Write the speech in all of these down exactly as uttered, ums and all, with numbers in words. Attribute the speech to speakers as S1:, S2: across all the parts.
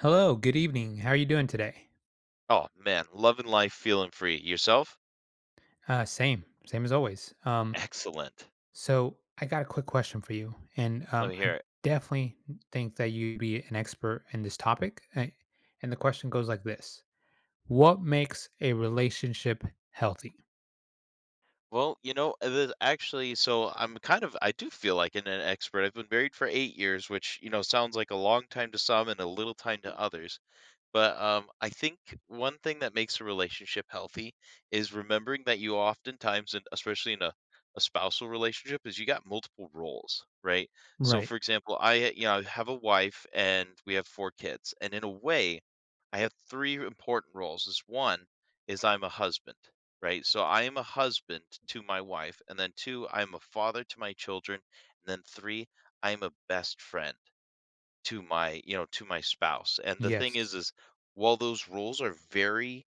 S1: Hello, good evening. How are you doing today?
S2: Oh, man, loving life, feeling free. Yourself?
S1: Uh, same, same as always. Um,
S2: Excellent.
S1: so I got a quick question for you, and
S2: Let
S1: um,
S2: me
S1: I
S2: hear it.
S1: definitely think that you'd be an expert in this topic. Uh, And the question goes like this: what makes a relationship healthy?
S2: Well, you know, uh, there's actually, so I'm kind of, I do feel like an, an expert. I've been married for eight years, which, you know, sounds like a long time to some and a little time to others. But, um, I think one thing that makes a relationship healthy is remembering that you oftentimes, and especially in a, a spousal relationship, is you got multiple roles, right? So,
S1: Right.
S2: for example, I uh, you know I have a wife and we have four kids, and in a way, I have three important roles. Is one is I'm a husband, right? So I am a husband to my wife, and then two, I'm a father to my children, and then three, I'm a best friend to my you know, to my spouse, and the thing
S1: Yes.
S2: is is while those roles are very,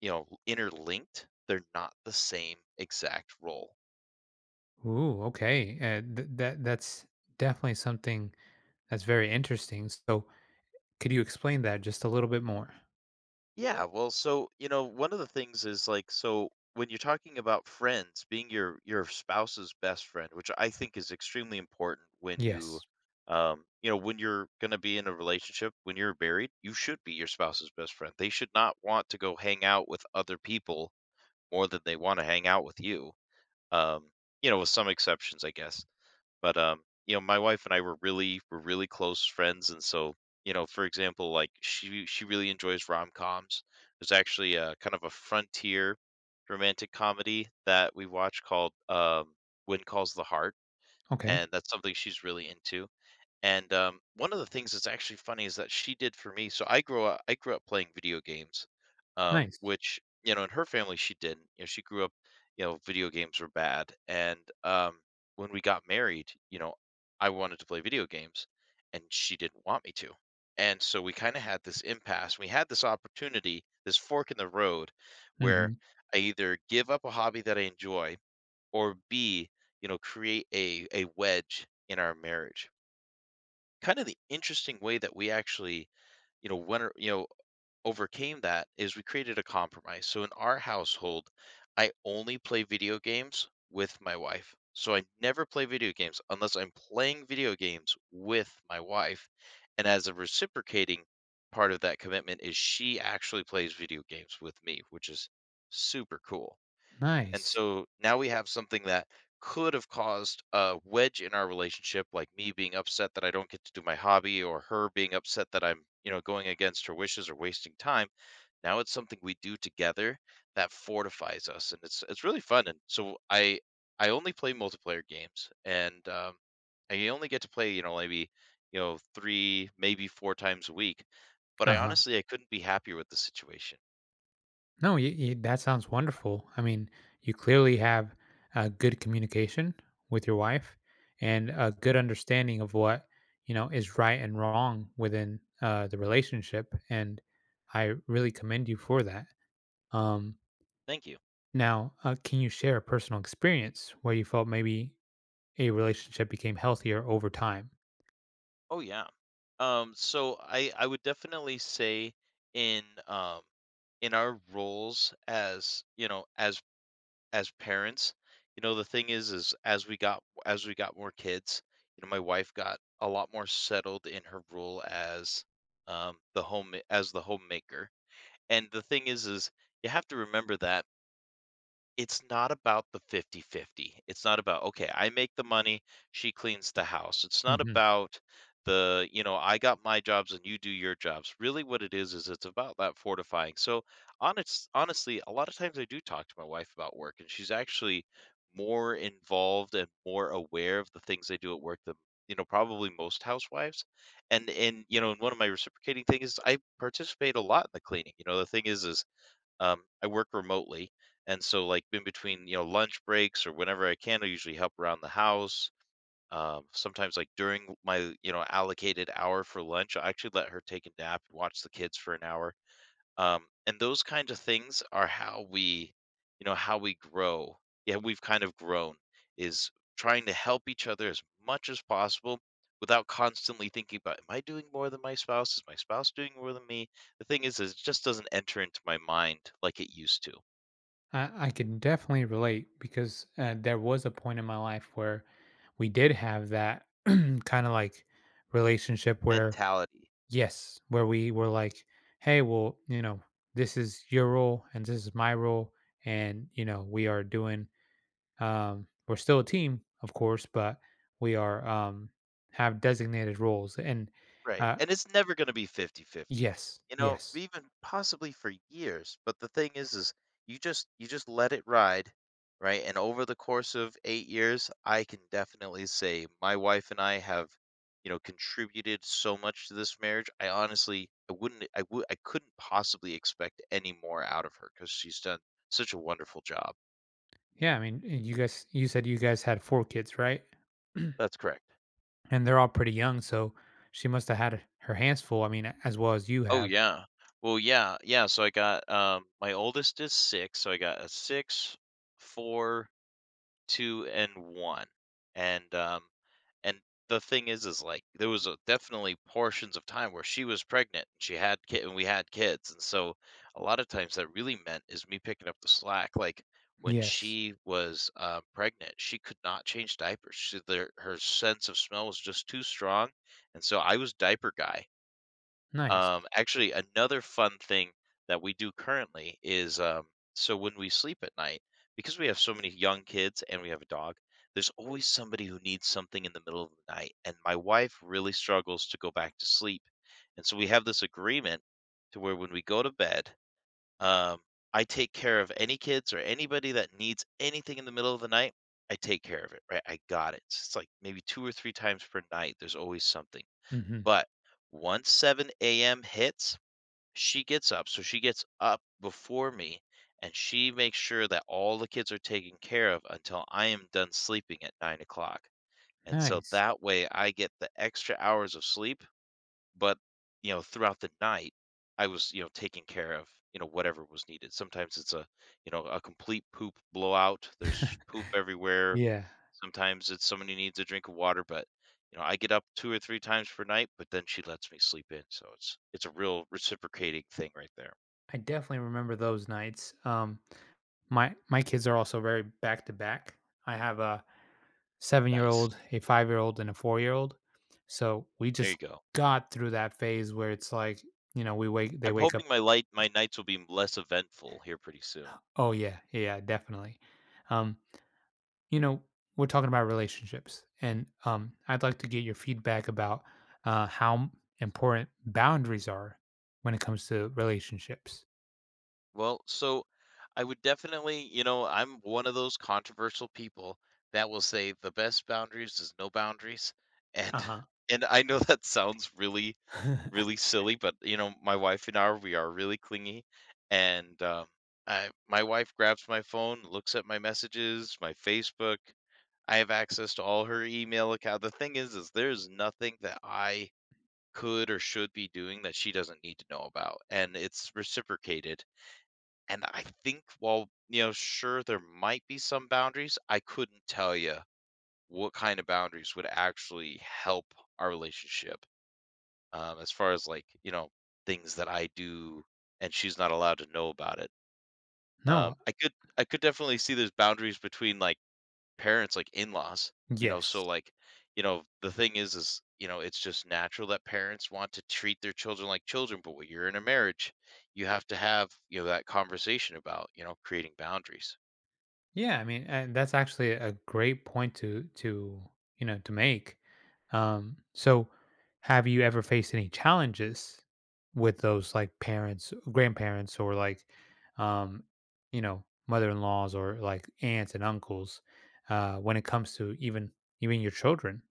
S2: you know, interlinked, they're not the same exact role.
S1: Ooh. Okay. Uh, th- that that's definitely something that's very interesting. So, could you explain that just a little bit more?
S2: Yeah, well, so, you know, one of the things is like, so when you're talking about friends, being your your spouse's best friend, which I think is extremely important when you
S1: Yes.
S2: um, you know, when you're going to be in a relationship, when you're married, you should be your spouse's best friend. They should not want to go hang out with other people more than they want to hang out with you. um, you know, with some exceptions, I guess. But um, you know, my wife and I were really were really close friends, and so you know, for example, like she she really enjoys rom coms. There's actually a kind of a frontier romantic comedy that we watch called um, "Wind Calls the Heart,"
S1: Okay.
S2: and that's something she's really into. And um, one of the things that's actually funny is that she did for me. So I grew up, I grew up playing video games, um,
S1: Nice.
S2: which you know in her family she didn't. You know, she grew up, you know, video games were bad. And um, when we got married, you know, I wanted to play video games, and she didn't want me to. And so we kind of had this impasse. We had this opportunity, this fork in the road,
S1: Mm-hmm.
S2: where I either give up a hobby that I enjoy, or B, you know, create a a wedge in our marriage kind of the interesting way that we actually, you know, when you know, overcame that is we created a compromise. So in our household, I only play video games with my wife. So I never play video games unless I'm playing video games with my wife. And as a reciprocating part of that commitment is she actually plays video games with me, which is super cool. And
S1: Nice.
S2: so now we have something that could have caused a wedge in our relationship, like me being upset that I don't get to do my hobby or her being upset that I'm, you know, going against her wishes or wasting time. Now it's something we do together that fortifies us and it's it's really fun. And so I I only play multiplayer games and um I only get to play, you know, maybe, you know, three, maybe four times a week. But
S1: Uh
S2: I
S1: huh.
S2: honestly I couldn't be happier with the situation.
S1: No, you, you, that sounds wonderful. I mean, you clearly have a good communication with your wife and a good understanding of what you know is right and wrong within uh, the relationship, and I really commend you for that. Um,
S2: Thank you.
S1: now, uh, can you share a personal experience where you felt maybe a relationship became healthier over time?
S2: Oh yeah. Um so I I would definitely say in um in our roles as, you know, as as parents, you know, the thing is is as we got as we got more kids, you know, my wife got a lot more settled in her role as um the home as the homemaker. And the thing is is you have to remember that it's not about the fifty-fifty. It's not about, "Okay, I make the money, she cleans the house." It's not
S1: Mm-hmm.
S2: about the, you know, "I got my jobs and you do your jobs." Really what it is, is it's about that fortifying. So, honest honestly, a lot of times I do talk to my wife about work, and she's actually more involved and more aware of the things I do at work than, you know, probably most housewives. And and, you know, and one of my reciprocating things is I participate a lot in the cleaning. You know, the thing is is um, I work remotely, and so like in between, you know, lunch breaks or whenever I can, I usually help around the house. Um, sometimes like during my, you know, allocated hour for lunch, I actually let her take a nap, watch the kids for an hour, um, and those kinds of things are how we you know how we grow, yeah, we've kind of grown is trying to help each other as much as possible without constantly thinking about, am I doing more than my spouse, is my spouse doing more than me? The thing is, is it just doesn't enter into my mind like it used to.
S1: I, I can definitely relate because uh, there was a point in my life where we did have that kind of like relationship where,
S2: Mentality.
S1: yes, where we were like, hey, well, you know, this is your role and this is my role. And, you know, we are doing, um, we're still a team, of course, but we are, um, have designated roles. And
S2: Right,
S1: uh,
S2: and it's never gonna be fifty-fifty,
S1: yes,
S2: you know,
S1: yes.
S2: even possibly for years, but the thing is is you just you just let it ride, right, and over the course of eight years, I can definitely say my wife and I have, you know, contributed so much to this marriage. I honestly I wouldn't I would, I couldn't possibly expect any more out of her because she's done such a wonderful job.
S1: Yeah. I mean, you guys, you said you guys had four kids, right?
S2: That's correct.
S1: And they're all pretty young, so she must have had her hands full, I mean, as well as you
S2: Oh,
S1: have.
S2: yeah. Well, yeah, yeah, so I got, um my oldest is six, so I got a six, four two and one, and, um, and the thing is is, like, there was a definitely portions of time where she was pregnant, and she had kid, and we had kids, and so a lot of times that really meant is me picking up the slack, like, when
S1: Yes.
S2: she was, uh, pregnant, she could not change diapers, she there her sense of smell was just too strong, and so I was diaper guy.
S1: Nice.
S2: Um, actually, another fun thing that we do currently is, um, so when we sleep at night, because we have so many young kids and we have a dog, there's always somebody who needs something in the middle of the night. And my wife really struggles to go back to sleep. And so we have this agreement to where when we go to bed, um, I take care of any kids or anybody that needs anything in the middle of the night. I take care of it, right? I got it. It's like maybe two or three times per night, there's always something,
S1: Mhm.
S2: but once seven a m hits, she gets up, so she gets up before me, and she makes sure that all the kids are taken care of until I am done sleeping at nine o'clock. And so
S1: Nice.
S2: that way I get the extra hours of sleep, but, you know, throughout the night, I was, you know, taking care of, you know, whatever was needed. Sometimes it's a, you know, a complete poop blowout. There's just poop everywhere.
S1: Yeah.
S2: Sometimes it's somebody needs a drink of water, but you know, I get up two or three times per night, but then she lets me sleep in. So it's it's a real reciprocating thing right there.
S1: I definitely remember those nights. Um, my my kids are also very back to back. I have a
S2: Nice.
S1: seven-year-old, a five-year-old, and a four-year-old. So, we
S2: There
S1: just
S2: you go.
S1: got through that phase where it's like, you know, we wake they
S2: I'm
S1: wake up
S2: hoping my light
S1: eh,
S2: my nights will be less eventful here pretty soon.
S1: oh, yeah. Yeah, definitely. Um you know, we're talking about relationships, and um, I'd like to get your feedback about uh, how m- important boundaries are when it comes to relationships.
S2: Well, so I would definitely, you know, I'm one of those controversial people that will say the best boundaries is no boundaries. And
S1: Uh-huh.
S2: and I know that sounds really, really silly, but you know, my wife and I, we are really clingy. And um, I, my wife grabs my phone, looks at my messages, my Facebook. I have access to all her email account. The thing is, is there's nothing that I could or should be doing that she doesn't need to know about, and it's reciprocated, and I think while, you know, sure, there might be some boundaries, I couldn't tell you what kind of boundaries would actually help our relationship, um, as far as like, you know, things that I do and she's not allowed to know about it. Um,
S1: No.
S2: I could I could definitely see there's boundaries between like parents, like in-laws, you know,
S1: Yes.
S2: so like, you know, the thing is is, you know, it's just natural that parents want to treat their children like children, but when you're in a marriage, you have to have, you know, that conversation about, you know, creating boundaries.
S1: Yeah, I mean, and that's actually a great point to to you know, to make. Um, so, have you ever faced any challenges with those like parents, grandparents, or like um, you know, mother-in-laws, or like aunts and uncles uh, when it comes to even even your children?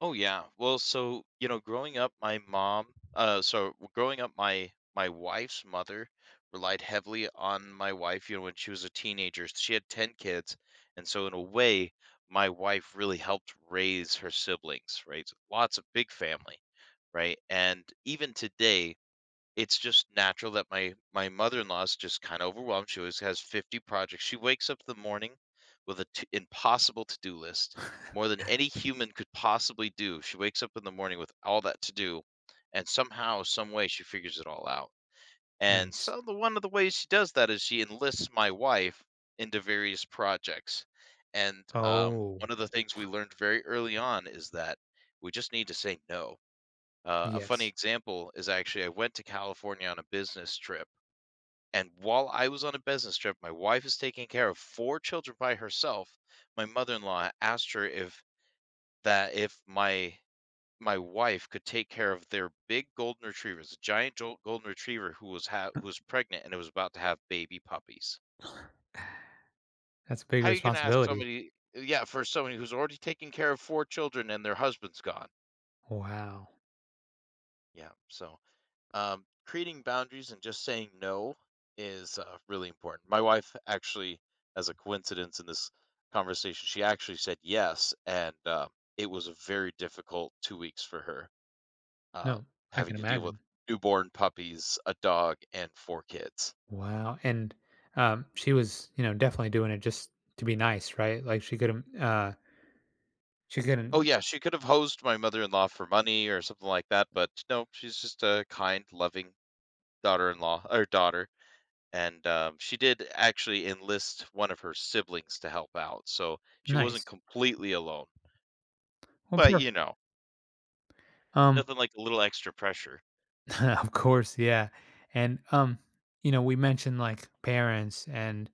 S2: Oh yeah. Well, so, you know, growing up, my mom, uh, so growing up, my my wife's mother relied heavily on my wife, you know, when she was a teenager. She had ten kids, and so in a way, my wife really helped raise her siblings, right? Lots of big family, right? And even today, it's just natural that my my mother-in-law is just kinda overwhelmed. She always has fifty projects. She wakes up in the morning with a t impossible to-do list, more than any human could possibly do. She wakes up in the morning with all that to do, and somehow, some way, she figures it all out, and
S1: Nice.
S2: so the one of the ways she does that is she enlists my wife into various projects. And, um,
S1: Oh,
S2: one of the things we learned very early on is that we just need to say no. Uh, a funny
S1: yes.
S2: example is actually I went to California on a business trip, and while I was on a business trip, my wife is taking care of four children by herself. My mother-in-law asked her if that if my my wife could take care of their big golden retrievers, a giant jol- golden retriever who was ha- who was pregnant and was about to have baby puppies.
S1: That's a big
S2: How are you going to ask
S1: responsibility.
S2: somebody? Yeah, for somebody who's already taking care of four children and their husband's gone.
S1: Wow.
S2: Yeah, so Um, creating boundaries and just saying no is uh, really important. My wife actually, as a coincidence in this conversation, she actually said yes, and uh, it was a very difficult two weeks for her, um,
S1: No, I can
S2: having to deal with
S1: imagine.
S2: newborn puppies, a dog, and four kids.
S1: Wow, and, um, she was, you know, definitely doing it just to be nice, right? Like, she couldn't, uh, she
S2: Oh
S1: couldn't.
S2: yeah, she could have hosed my mother-in-law for money or something like that, but no, she's just a kind, loving daughter-in-law or daughter. And, um, she did actually enlist one of her siblings to help out, so she wasn't
S1: Nice.
S2: completely alone,
S1: Well,
S2: but, you
S1: perfect.
S2: know,
S1: Um,
S2: nothing like a little extra pressure.
S1: of course, yeah, and, um, you know, we mentioned, like, parents and,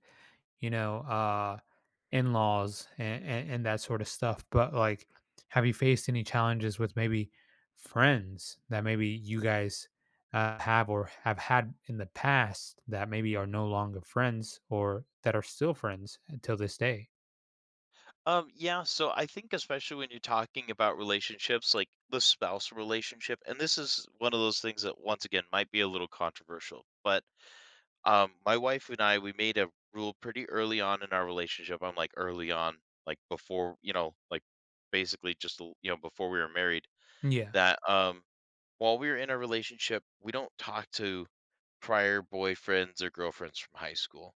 S1: you know, uh in-laws, and, and, and that sort of stuff, but like, have you faced any challenges with maybe friends that maybe you guys uh, have or have had in the past that maybe are no longer friends or that are still friends until this day?
S2: Um, yeah, so I think especially when you're talking about relationships, like the spouse relationship, and this is one of those things that once again might be a little controversial, but, um, my wife and I, we made a rule pretty early on in our relationship. I'm like early on, like before, you know, like basically just, l you know, before we were married,
S1: Yeah.
S2: that, um while we were in a relationship, we don't talk to prior boyfriends or girlfriends from high school,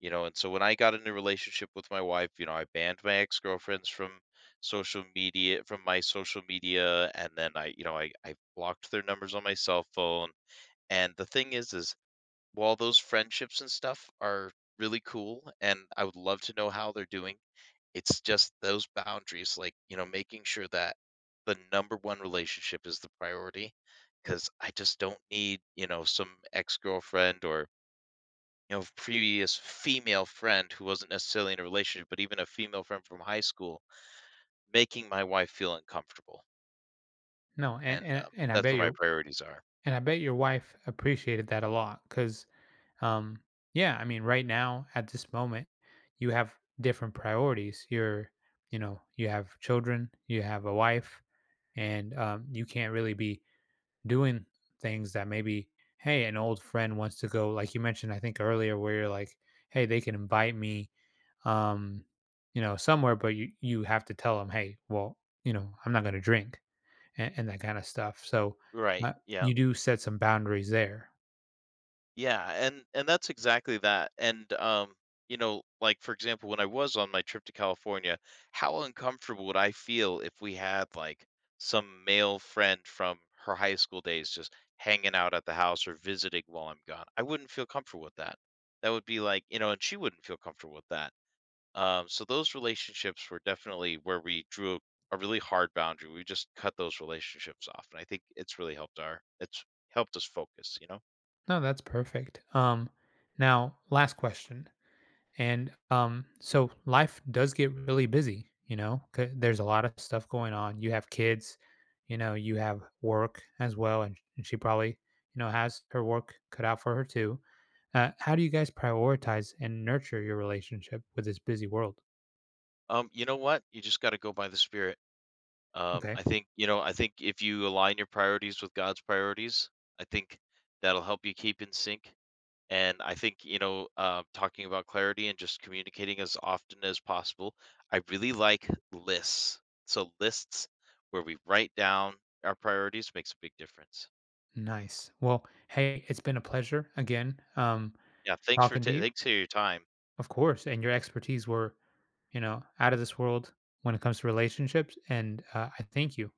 S2: you know. And so when I got into a relationship with my wife, you know, I banned my ex-girlfriends from social media, from my social media and then I, you know, I I blocked their numbers on my cell phone. And the thing is is while those friendships and stuff are really cool and I would love to know how they're doing, it's just those boundaries, like, you know, making sure that the number one relationship is the priority, because I just don't need, you know, some ex-girlfriend or, you know, previous female friend who wasn't necessarily in a relationship, but even a female friend from high school making my wife feel uncomfortable.
S1: No and
S2: and,
S1: and,
S2: um,
S1: and I
S2: that's
S1: bet
S2: where my
S1: your,
S2: priorities are.
S1: and I bet your wife appreciated that a lot, because um yeah, I mean, right now at this moment, you have different priorities. You're you know, you have children, you have a wife, and um, you can't really be doing things that maybe, hey, an old friend wants to go, like you mentioned I think earlier, where you're like, hey, they can invite me um you know, somewhere, but you you have to tell them, hey, well, you know, I'm not going to drink, and, and that kind of stuff, so uh,
S2: Right, yeah.
S1: you do set some boundaries there.
S2: Yeah, and and that's exactly that. And um, you know, like for example, when I was on my trip to California, how uncomfortable would I feel if we had like some male friend from her high school days just hanging out at the house or visiting while I'm gone? I wouldn't feel comfortable with that. That would be like, you know, and she wouldn't feel comfortable with that. Um, so those relationships were definitely where we drew a really hard boundary. We just cut those relationships off, and I think it's really helped our it's helped us focus, you know.
S1: No, that's perfect. um now, last question. And um, so life does get really busy, you know. 'ca- There's a lot of stuff going on. You have kids, you know. You have work as well, and, and she probably, you know, has her work cut out for her too. Uh, how do you guys prioritize and nurture your relationship with this busy world?
S2: Um, you know what? You just got to go by the spirit. Um,
S1: Okay,
S2: I think, you know, I think if you align your priorities with God's priorities, I think that'll help you keep in sync. And I think, you know, uh, talking about clarity and just communicating as often as possible. I really like lists. So lists where we write down our priorities makes a big difference.
S1: nice. Well, hey, it's been a pleasure again, um,
S2: Yeah. Thanks for,
S1: talking to
S2: ta
S1: you,
S2: thanks for your time.
S1: of course. And your expertise were, you know, out of this world when it comes to relationships. And uh, I thank you.